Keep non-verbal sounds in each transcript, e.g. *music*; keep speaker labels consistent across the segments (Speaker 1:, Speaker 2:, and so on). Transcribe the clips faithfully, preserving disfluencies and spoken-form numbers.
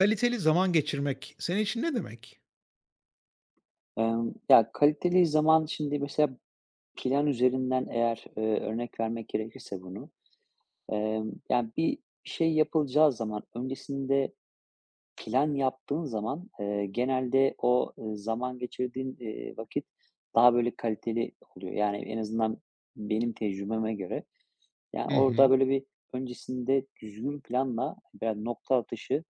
Speaker 1: Kaliteli zaman geçirmek senin için ne demek?
Speaker 2: Emm, ya, kaliteli zaman şimdi mesela plan üzerinden eğer, eee, örnek vermek gerekirse bunu, emm, yani, Bir şey yapılacağı zaman öncesinde plan yaptığın zaman, eee, genelde o, eee, zaman geçirdiğin, eee, vakit daha böyle kaliteli oluyor. Yani, en azından benim tecrübeme göre. Yani,
Speaker 1: Hı
Speaker 2: orada
Speaker 1: hı.
Speaker 2: böyle bir öncesinde düzgün planla veya nokta atışı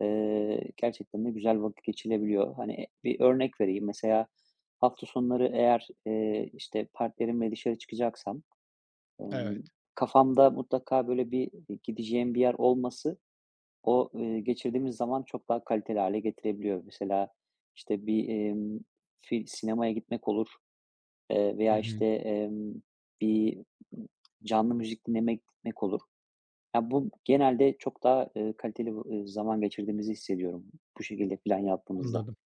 Speaker 2: Eee, gerçekten de güzel vakit geçilebiliyor. Hani, e, bir örnek vereyim. Mesela hafta sonları eğer, eee, işte, partnerimle dışarı çıkacaksam, emm,
Speaker 1: Evet.
Speaker 2: kafamda mutlaka böyle bir e, gideceğim bir yer olması o, eee, geçirdiğimiz zaman çok daha kaliteli hale getirebiliyor. Mesela, işte, bir, emm, fi sinemaya gitmek olur, eee,
Speaker 1: Hı
Speaker 2: veya,
Speaker 1: hı.
Speaker 2: işte, emm, bir canlı müzik dinlemek gitmek olur. Ya, bu genelde çok daha, eee, kaliteli bu, zaman geçirdiğimizi hissediyorum bu şekilde plan yaptığımızda.
Speaker 1: Anladım.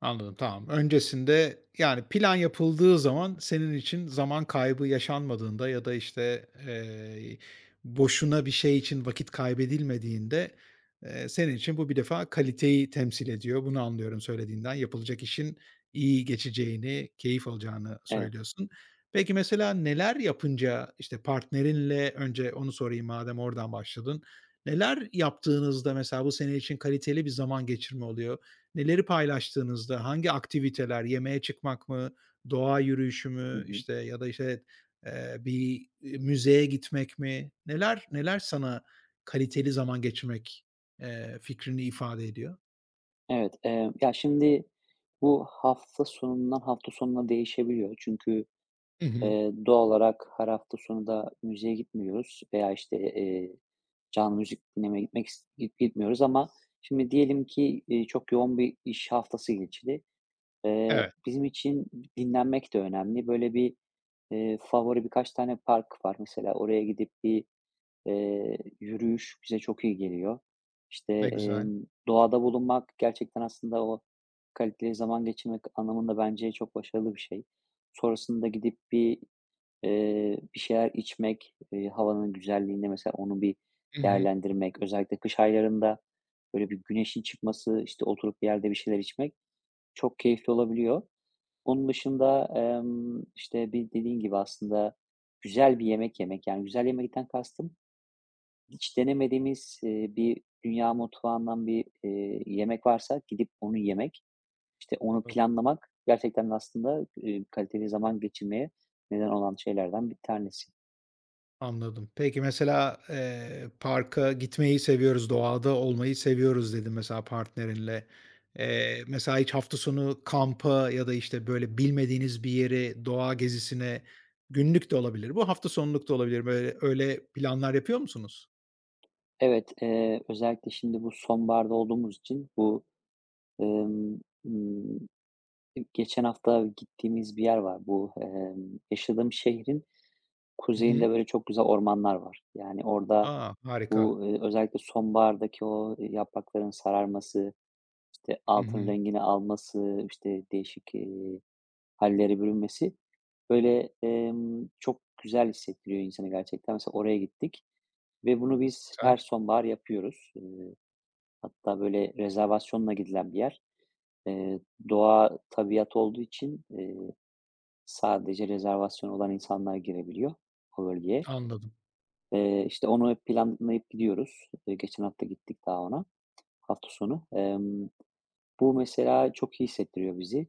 Speaker 1: Anladım, tamam. Öncesinde, yani, plan yapıldığı zaman senin için zaman kaybı yaşanmadığında ya da, işte, eee, boşuna bir şey için vakit kaybedilmediğinde, eee, senin için bu bir defa kaliteyi temsil ediyor. Bunu anlıyorum söylediğinden. Yapılacak işin iyi geçeceğini, keyif alacağını
Speaker 2: Evet.
Speaker 1: söylüyorsun. Peki, mesela neler yapınca, işte, partnerinle önce onu sorayım madem oradan başladın. Neler yaptığınızda mesela bu senin için kaliteli bir zaman geçirme oluyor? Neleri paylaştığınızda, hangi aktiviteler, yemeğe çıkmak mı, doğa yürüyüşü
Speaker 2: Hı
Speaker 1: mü,
Speaker 2: hı.
Speaker 1: işte, ya da, işte, eee, bir, müzeye gitmek mi? Neler neler sana kaliteli zaman geçirmek, eee, fikrini ifade ediyor?
Speaker 2: Evet, eee, ya, şimdi bu hafta sonundan hafta sonuna değişebiliyor. Çünkü,
Speaker 1: Hı hı.
Speaker 2: eee, doğal olarak her hafta sonu da müziğe gitmiyoruz veya, işte, eee, canlı müzik dinlemeye gitmek ist git- gitmiyoruz ama şimdi diyelim ki, eee, çok yoğun bir iş haftası geçti. Eee,
Speaker 1: Evet.
Speaker 2: bizim için dinlenmek de önemli. Böyle bir, eee, favori birkaç tane park var. Mesela oraya gidip bir, eee, yürüyüş bize çok iyi geliyor. İşte,
Speaker 1: Ne güzel.
Speaker 2: emm, doğada bulunmak gerçekten aslında o kaliteli zaman geçirmek anlamında bence çok başarılı bir şey. Sonrasında gidip bir, eee, bir şeyler içmek, eee, havanın güzelliğini mesela onu bir
Speaker 1: Hı hı.
Speaker 2: değerlendirmek, özellikle kış aylarında böyle bir güneşin çıkması, işte, oturup bir yerde bir şeyler içmek çok keyifli olabiliyor. Onun dışında, emm, işte, bir dediğin gibi aslında güzel bir yemek yemek, yani, güzel yemekten kastım hiç denemediğimiz, eee, bir dünya mutfağından bir, eee, yemek varsa gidip onu yemek, işte, onu
Speaker 1: Anladım.
Speaker 2: planlamak gerçekten aslında, eee, kaliteli zaman geçirmeye neden olan şeylerden bir tanesi.
Speaker 1: Anladım. Peki mesela, eee, parka gitmeyi seviyoruz, doğada olmayı seviyoruz dedin mesela partnerinle. Eee, mesela hiç hafta sonu kampa ya da, işte, böyle, bilmediğiniz bir yere, doğa gezisine günlük de olabilir bu, hafta sonluk da olabilir, böyle, öyle planlar yapıyor musunuz?
Speaker 2: Evet, eee, özellikle şimdi bu sonbaharda olduğumuz için bu, emm, ımm, geçen hafta gittiğimiz bir yer var. Bu, emm, yaşadığım şehrin
Speaker 1: Hı hı.
Speaker 2: kuzeyinde böyle çok güzel ormanlar var. Yani orada
Speaker 1: A! Harika.
Speaker 2: bu, eee, özellikle sonbahardaki o, eee, yaprakların sararması, işte,
Speaker 1: Hı
Speaker 2: altın
Speaker 1: hı.
Speaker 2: rengini alması, işte, değişik, eee, hallere bürünmesi, böyle, emm, çok güzel hissettiriyor insanı gerçekten. Mesela oraya gittik ve bunu biz her
Speaker 1: Güzel.
Speaker 2: sonbahar yapıyoruz. Eee, hatta böyle rezervasyonla gidilen bir yer. Eee, Doğa, tabiat olduğu için, eee, sadece rezervasyon olan insanlar girebiliyor o bölgeye.
Speaker 1: Anladım.
Speaker 2: Eee, işte, onu hep planlayıp gidiyoruz. Eee, geçen hafta gittik daha ona, hafta sonu. Emm, bu mesela çok iyi hissettiriyor bizi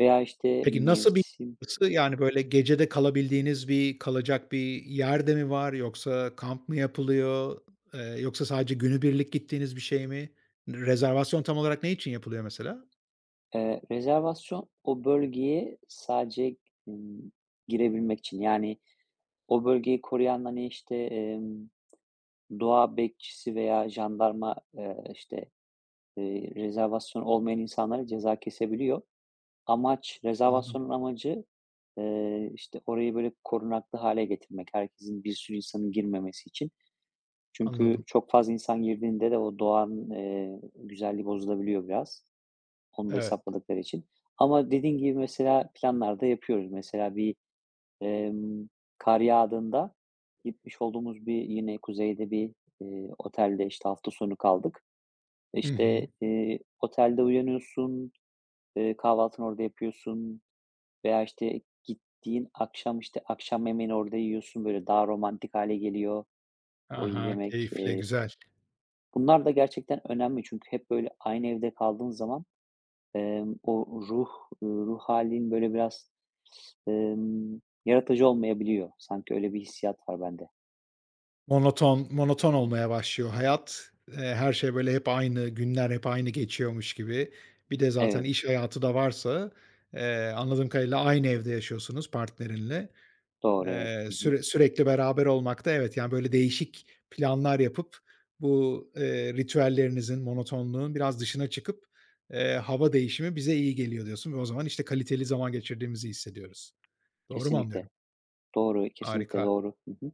Speaker 2: veya, işte,
Speaker 1: Peki nasıl bir
Speaker 2: mevsim,
Speaker 1: yapısı? Yani, böyle, gecede kalabildiğiniz bir kalacak bir yerde mi var yoksa kamp mı yapılıyor, eee, yoksa sadece günübirlik gittiğiniz bir şey mi? Rezervasyon tam olarak ne için yapılıyor mesela?
Speaker 2: eee, Rezervasyon o bölgeye sadece, ımm, girebilmek için. Yani o bölgeyi koruyan, hani, işte, emm, doğa bekçisi veya jandarma, eee, işte, eee, rezervasyonu olmayan insanlara ceza kesebiliyor. Amaç,
Speaker 1: Anladım,
Speaker 2: rezervasyonun amacı, eee, işte, orayı, böyle, korunaklı hale getirmek, herkesin, bir sürü insanın girmemesi için. Çünkü
Speaker 1: anladım.
Speaker 2: çok fazla insan girdiğinde de o doğanın, eee, güzelliği bozulabiliyor biraz. Onu da
Speaker 1: Evet.
Speaker 2: hesapladıkları için. Ama dediğin gibi mesela planlarda yapıyoruz. Mesela bir, emm, kar yağdığında gitmiş olduğumuz bir yine kuzeyde bir, eee, otelde, işte, hafta sonu kaldık.
Speaker 1: Hı
Speaker 2: İşte,
Speaker 1: hı.
Speaker 2: eee, otelde uyanıyorsun, eee, kahvaltını orada yapıyorsun, veya, işte, gittiğin akşam, işte, akşam yemeğini orada yiyorsun, böyle, daha romantik hale geliyor o
Speaker 1: Aha,
Speaker 2: yemek.
Speaker 1: keyifli,
Speaker 2: Eee,
Speaker 1: güzel.
Speaker 2: bunlar da gerçekten önemli çünkü hep, böyle, aynı evde kaldığın zaman, emm, o ruh, ruh hâlin, böyle, biraz, emm, yaratıcı olmayabiliyor. Sanki öyle bir hissiyat var bende.
Speaker 1: Monoton monoton olmaya başlıyor hayat. Eee, her şey böyle hep aynı, günler hep aynı geçiyormuş gibi. Bir de zaten
Speaker 2: Evet,
Speaker 1: iş hayatı da varsa, eee, anladığım kadarıyla aynı evde yaşıyorsunuz partnerinle.
Speaker 2: doğru, evet.
Speaker 1: Eee,
Speaker 2: Hı hı.
Speaker 1: süre sürekli beraber olmak da evet, yani, böyle değişik planlar yapıp bu, eee, ritüellerinizin, monotonluğun biraz dışına çıkıp, eee, hava değişimi bize iyi geliyor diyorsun ve o zaman, işte, kaliteli zaman geçirdiğimizi hissediyoruz. Doğru mu
Speaker 2: Kesinlikle.
Speaker 1: anlıyorum?
Speaker 2: Doğru, kesinlikle
Speaker 1: Harika.
Speaker 2: doğru. Hı hı.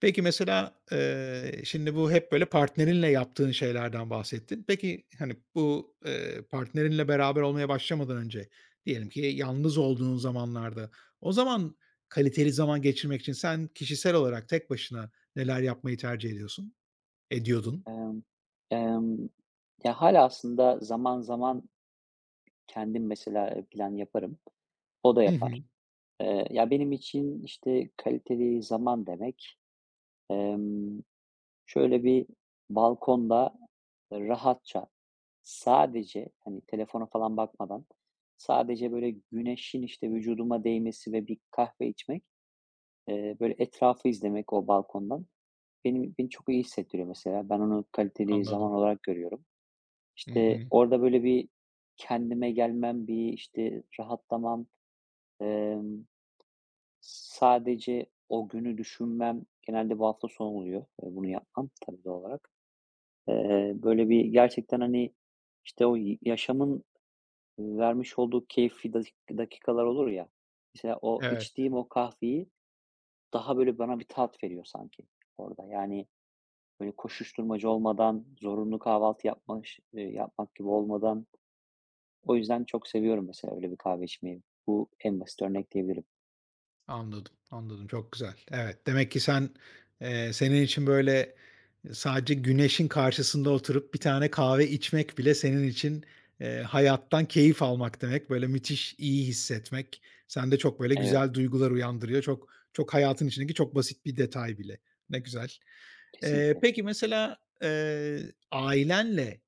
Speaker 1: Peki mesela, eee, şimdi bu hep böyle partnerinle yaptığın şeylerden bahsettin. Peki, hani, bu, eee, partnerinle beraber olmaya başlamadan önce, diyelim ki yalnız olduğun zamanlarda, o zaman kaliteli zaman geçirmek için sen kişisel olarak tek başına neler yapmayı tercih ediyorsun? Ediyordun?
Speaker 2: Emm, emm, ya, hâlâ aslında zaman zaman kendim mesela, eee, plan yaparım. O da
Speaker 1: Hı
Speaker 2: yapar.
Speaker 1: hı.
Speaker 2: Eee, ya, benim için, işte, kaliteli zaman demek, emm, şöyle bir balkonda rahatça sadece, hani, telefona falan bakmadan sadece böyle güneşin, işte, vücuduma değmesi ve bir kahve içmek, eee, böyle etrafı izlemek o balkondan benim beni çok iyi hissettiriyor mesela. Ben onu kaliteli
Speaker 1: Anladım.
Speaker 2: zaman olarak görüyorum.
Speaker 1: Hı
Speaker 2: İşte,
Speaker 1: hı.
Speaker 2: orada böyle bir kendime gelmem, bir, işte, rahatlamam, emm, sadece o günü düşünmem, genelde bu hafta sonu oluyor, eee, bunu yapmam tabii doğal olarak. Eee, böyle bir gerçekten, hani, işte, o y yaşamın vermiş olduğu keyifli dakik dakikalar olur ya, mesela o
Speaker 1: Evet.
Speaker 2: içtiğim o kahveyi daha böyle bana bir tat veriyor sanki orada. Yani, böyle koşuşturmaca olmadan, zorunlu kahvaltı yapmaş eee, yapmak gibi olmadan, o yüzden çok seviyorum mesela öyle bir kahve içmeyi. Bu en basit örnek diyebilirim.
Speaker 1: Anladım, anladım. Çok güzel. Evet, demek ki sen, eee, senin için, böyle, sadece güneşin karşısında oturup bir tane kahve içmek bile senin için, eee, hayattan keyif almak demek. Böyle, müthiş iyi hissetmek sende çok, böyle,
Speaker 2: Evet,
Speaker 1: güzel duygular uyandırıyor. Çok çok hayatın içindeki çok basit bir detay bile. Ne güzel. Eee,
Speaker 2: kesinlikle.
Speaker 1: peki, mesela, eee, ailenle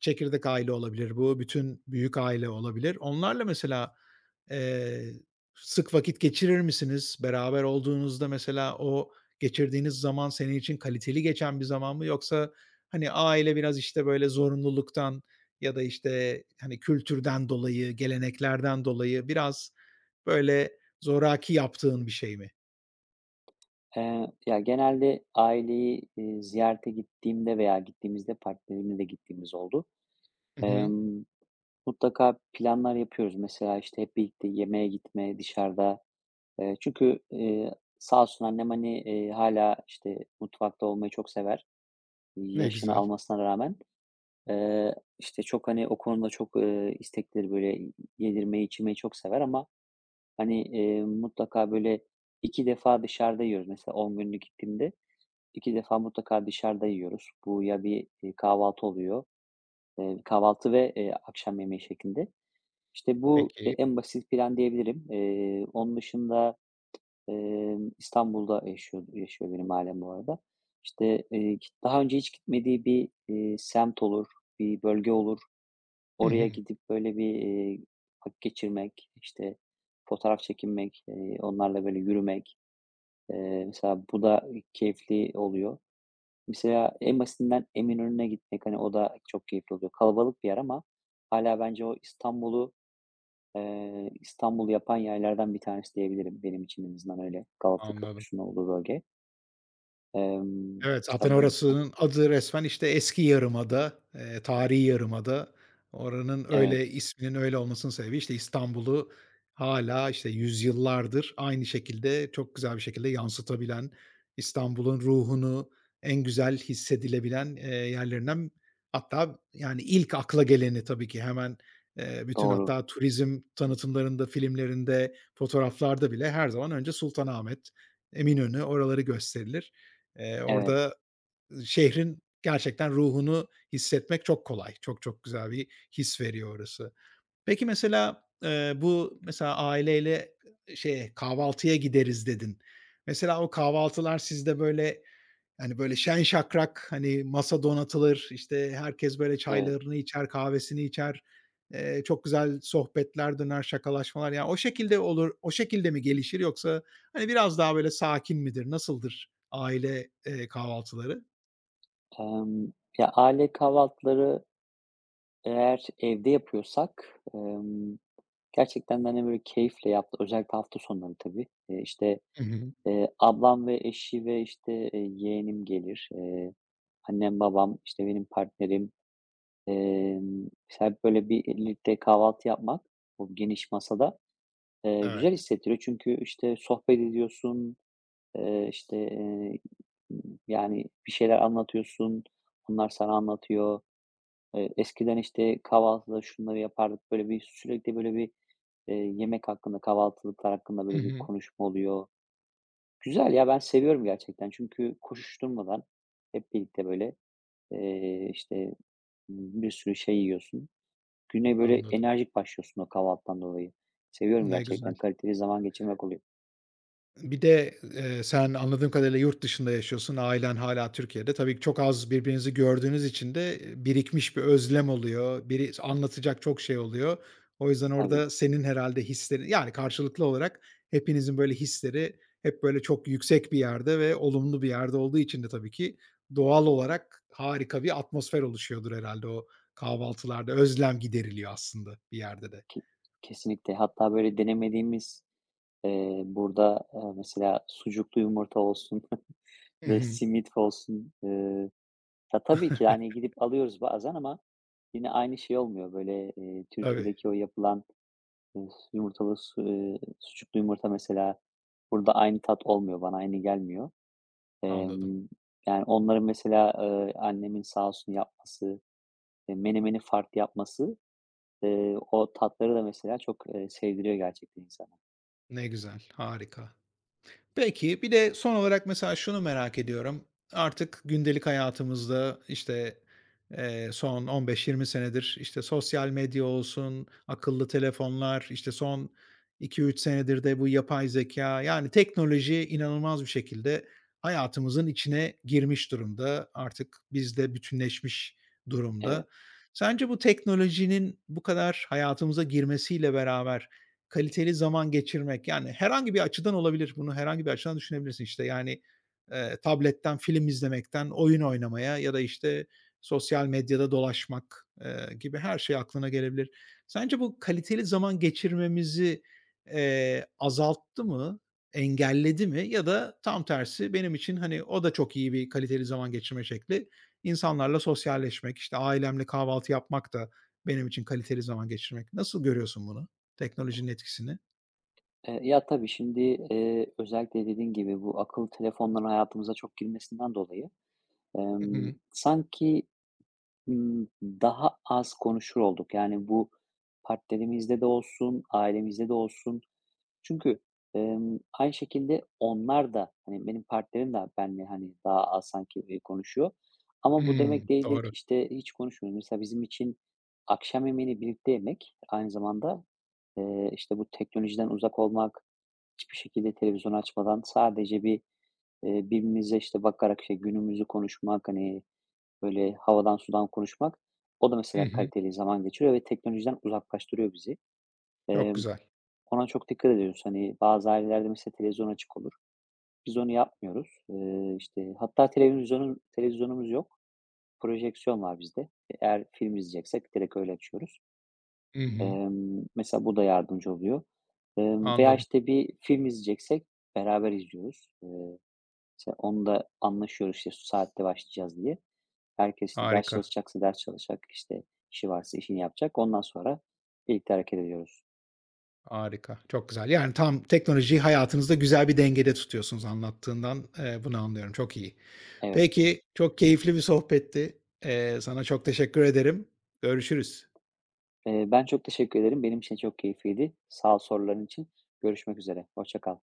Speaker 1: çekirdek aile olabilir bu, bütün büyük aile olabilir. Onlarla mesela, eee, sık vakit geçirir misiniz? Beraber olduğunuzda mesela o geçirdiğiniz zaman senin için kaliteli geçen bir zaman mı yoksa, hani, aile biraz, işte, böyle zorunluluktan ya da, işte, hani, kültürden dolayı, geleneklerden dolayı biraz böyle zoraki yaptığın bir şey mi?
Speaker 2: Eee, ya, genelde aileyi, eee, ziyarete gittiğimde veya gittiğimizde partnerimle de gittiğimiz oldu.
Speaker 1: Hı hı.
Speaker 2: Emm, Mutlaka planlar yapıyoruz. Mesela, işte, hep birlikte yemeğe gitme, dışarıda. Eee, çünkü, eee, sağ olsun annem, hani, eee, hâlâ, işte, mutfakta olmayı çok sever,
Speaker 1: Ne
Speaker 2: yaşını
Speaker 1: güzel.
Speaker 2: almasına rağmen. Eee, işte, çok, hani, o konuda çok, eee, isteklidir, böyle, yedirmeyi, içirmeyi çok sever ama hani, eee, mutlaka böyle iki defa dışarıda yiyoruz. Mesela on günlük gittiğimde iki defa mutlaka dışarıda yiyoruz. Bu ya bir, eee, kahvaltı oluyor, eee, kahvaltı ve, eee, akşam yemeği şeklinde. İşte bu e
Speaker 1: Peki.
Speaker 2: en basit plan diyebilirim. Eee, onun dışında, emm, İstanbul'da yaşıyor yaşıyor benim ailem bu arada. İşte, eee, daha önce hiç gitmediği bir, eee, semt olur, bir bölge olur.
Speaker 1: Hı
Speaker 2: Oraya
Speaker 1: hı.
Speaker 2: gidip böyle bir, eee, vakit geçirmek, işte, fotoğraf çekinmek, eee, onlarla böyle yürümek, eee, mesela bu da keyifli oluyor. Mesela en basitinden Eminönü'ne gitmek, hani, o da çok keyifli oluyor. Kalabalık bir yer ama hala bence o İstanbul'u, eee, İstanbul yapan yerlerden bir tanesi diyebilirim. Benim için en azından öyle. Galata
Speaker 1: Anladım.
Speaker 2: Köprüsü'nün olduğu bölge. Emm,
Speaker 1: Evet,
Speaker 2: işte,
Speaker 1: zaten
Speaker 2: bu bu
Speaker 1: orasının adı resmen, işte, eski yarımada, eee, tarihi yarımada. Oranın
Speaker 2: Evet,
Speaker 1: öyle isminin öyle olmasının sebebi, işte, İstanbul'u hâlâ, işte, yüzyıllardır aynı şekilde çok güzel bir şekilde yansıtabilen, İstanbul'un ruhunu en güzel hissedilebilen, eee, yerlerinden hatta, yani, ilk akla geleni tabii ki hemen, eee, bütün
Speaker 2: doğru.
Speaker 1: hatta turizm tanıtımlarında, filmlerinde, fotoğraflarda bile her zaman önce Sultanahmet, Eminönü oraları gösterilir. Eee,
Speaker 2: Evet,
Speaker 1: orada şehrin gerçekten ruhunu hissetmek çok kolay. Çok çok güzel bir his veriyor orası. Peki mesela, eee, bu mesela aileyle, eee, şeye, kahvaltıya gideriz dedin. Mesela o kahvaltılar sizde böyle yani, böyle şen şakrak, hani, masa donatılır, işte, herkes böyle
Speaker 2: evet.
Speaker 1: çaylarını içer, kahvesini içer. Eee, çok güzel sohbetler döner, şakalaşmalar. Yani o şekilde olur o şekilde mi gelişir yoksa, hani, biraz daha böyle sakin midir? Nasıldır aile, eee, kahvaltıları?
Speaker 2: Emm, ya, aile kahvaltıları eğer evde yapıyorsak, emm, gerçekten ben de, hani, böyle, keyifle yaptım. Özellikle hafta sonları tabii. Eee, işte,
Speaker 1: Hı hı.
Speaker 2: eee, ablam ve eşi ve, işte, eee, yeğenim gelir. Eee, annem, babam, işte, benim partnerim, emm, işte, hep böyle bir birlikte kahvaltı yapmak bu geniş masada, eee, güzel
Speaker 1: Evet.
Speaker 2: hissettiriyor. Çünkü, işte, sohbet ediyorsun, eee, işte, eee, yani, bir şeyler anlatıyorsun, onlar sana anlatıyor. Eee, eskiden, işte, kahvaltıda şunları yapardık, böyle, bir sürekli, böyle, bir, eee, yemek hakkında, kahvaltılıklar hakkında,
Speaker 1: Hı
Speaker 2: böyle, bir
Speaker 1: hı.
Speaker 2: konuşma oluyor. Güzel ya, ben seviyorum gerçekten çünkü koşuşturmadan hep birlikte, böyle, eee, işte, bir sürü şey yiyorsun. Güne, böyle,
Speaker 1: Anladım.
Speaker 2: enerjik başlıyorsun o kahvaltıdan dolayı. Seviyorum
Speaker 1: Ne güzel.
Speaker 2: gerçekten, kaliteli zaman geçirmek oluyor.
Speaker 1: Bir de, eee, sen anladığım kadarıyla yurt dışında yaşıyorsun, ailen hala Türkiye'de. Tabii ki çok az birbirinizi gördüğünüz için de, birikmiş bir özlem oluyor. Biri anlatacak çok şey oluyor. O yüzden
Speaker 2: Tabii,
Speaker 1: orada senin herhalde hislerin yani karşılıklı olarak hepinizin böyle hisleri hep böyle çok yüksek bir yerde ve olumlu bir yerde olduğu için de tabii ki doğal olarak harika bir atmosfer oluşuyordur herhalde o kahvaltılarda. Özlem gideriliyor aslında bir yerde de.
Speaker 2: ke kesinlikle. Hatta, böyle, denemediğimiz, eee, burada, eee, mesela sucuklu yumurta olsun *laughs*
Speaker 1: Hı
Speaker 2: ve
Speaker 1: hı.
Speaker 2: simit olsun, ya, tabii ki, yani,
Speaker 1: *laughs*
Speaker 2: gidip alıyoruz bazen ama yine aynı şey olmuyor. Böyle, eee,
Speaker 1: Tabii.
Speaker 2: Türkiye'deki o yapılan, eee, yumurtalı su eee, sucuklu yumurta mesela burada aynı tat olmuyor, bana aynı gelmiyor.
Speaker 1: Anladım.
Speaker 2: Emm, Yani, onların mesela, eee, annemin sağ olsun yapması, eee, menemeni farklı yapması, eee, o tatları da mesela çok, eee, sevdiriyor gerçekten insana.
Speaker 1: Ne güzel, harika. Peki, bir de son olarak mesela şunu merak ediyorum. Artık gündelik hayatımızda, işte, eee, son on beş yirmi senedir, işte, sosyal medya olsun, akıllı telefonlar, işte, son iki üç senedir de bu yapay zeka. Yani, teknoloji inanılmaz bir şekilde hayatımızın içine girmiş durumda. Artık bizle bütünleşmiş durumda.
Speaker 2: Evet.
Speaker 1: Sence bu teknolojinin bu kadar hayatımıza girmesiyle beraber kaliteli zaman geçirmek, yani herhangi bir açıdan olabilir. Bunu herhangi bir açıdan düşünebilirsin. İşte yani, eee, tabletten film izlemekten oyun oynamaya ya da, işte, sosyal medyada dolaşmak, eee, gibi her şey aklına gelebilir. Sence bu kaliteli zaman geçirmemizi, eee, azalttı mı, engelledi mi ya da tam tersi benim için, hani, o da çok iyi bir kaliteli zaman geçirme şekli. İnsanlarla sosyalleşmek, işte, ailemle kahvaltı yapmak da benim için kaliteli zaman geçirmek. Nasıl görüyorsun bunu? Teknolojinin etkisini.
Speaker 2: Eee, ya, tabii şimdi, eee, özellikle dediğin gibi bu akıllı telefonların hayatımıza çok girmesinden dolayı,
Speaker 1: Hı
Speaker 2: emm,
Speaker 1: hı.
Speaker 2: sanki Imm, daha az konuşur olduk. Yani, bu partnerimizde de olsun, ailemizde de olsun. Çünkü, emm, aynı şekilde onlar da, hani, benim partnerim de benimle, hani, daha az sanki, eee, konuşuyor ama bu
Speaker 1: Hımm,
Speaker 2: demek değildir ki,
Speaker 1: doğru.
Speaker 2: işte, hiç konuşmuyoruz. Mesela bizim için akşam yemeğini birlikte yemek aynı zamanda, eee, işte, bu teknolojiden uzak olmak, hiçbir şekilde televizyon açmadan sadece bir, eee, birbirimize, işte, bakarak, işte, günümüzü konuşmak, hani, böyle havadan sudan konuşmak, o da
Speaker 1: Hı
Speaker 2: mesela
Speaker 1: hı.
Speaker 2: kaliteli zaman geçiriyor ve teknolojiden uzaklaştırıyor bizi.
Speaker 1: Çok
Speaker 2: Emm,
Speaker 1: güzel.
Speaker 2: Ona çok dikkat ediyoruz. Hani, bazı ailelerde mesela televizyon açık olur. Biz onu yapmıyoruz. Eee, işte, hatta televizyonun televizyonumuz yok. Projeksiyon var bizde. Eğer film izleyeceksek direkt öyle açıyoruz.
Speaker 1: Hı hı.
Speaker 2: Emm, mesela bu da yardımcı oluyor. Emm, veya,
Speaker 1: Anladım.
Speaker 2: işte, bir film izleyeceksek beraber izliyoruz. Eee, mesela onu da anlaşıyoruz, işte, şu saatte başlayacağız diye. Herkes, işte, ders
Speaker 1: Harika,
Speaker 2: çalışacaksa ders çalışacak, işte, işi varsa işini yapacak. Ondan sonra birlikte hareket ediyoruz.
Speaker 1: harika. Çok güzel. Yani, tam teknolojiyi hayatınızda güzel bir dengede tutuyorsunuz anlattığından, eee, bunu anlıyorum. Çok iyi.
Speaker 2: Evet.
Speaker 1: Peki, çok keyifli bir sohbetti. Eee, sana çok teşekkür ederim. Görüşürüz.
Speaker 2: Eee, ben çok teşekkür ederim. Benim için çok keyifliydi. Sağ ol soruların için. Görüşmek üzere. Hoşça kal.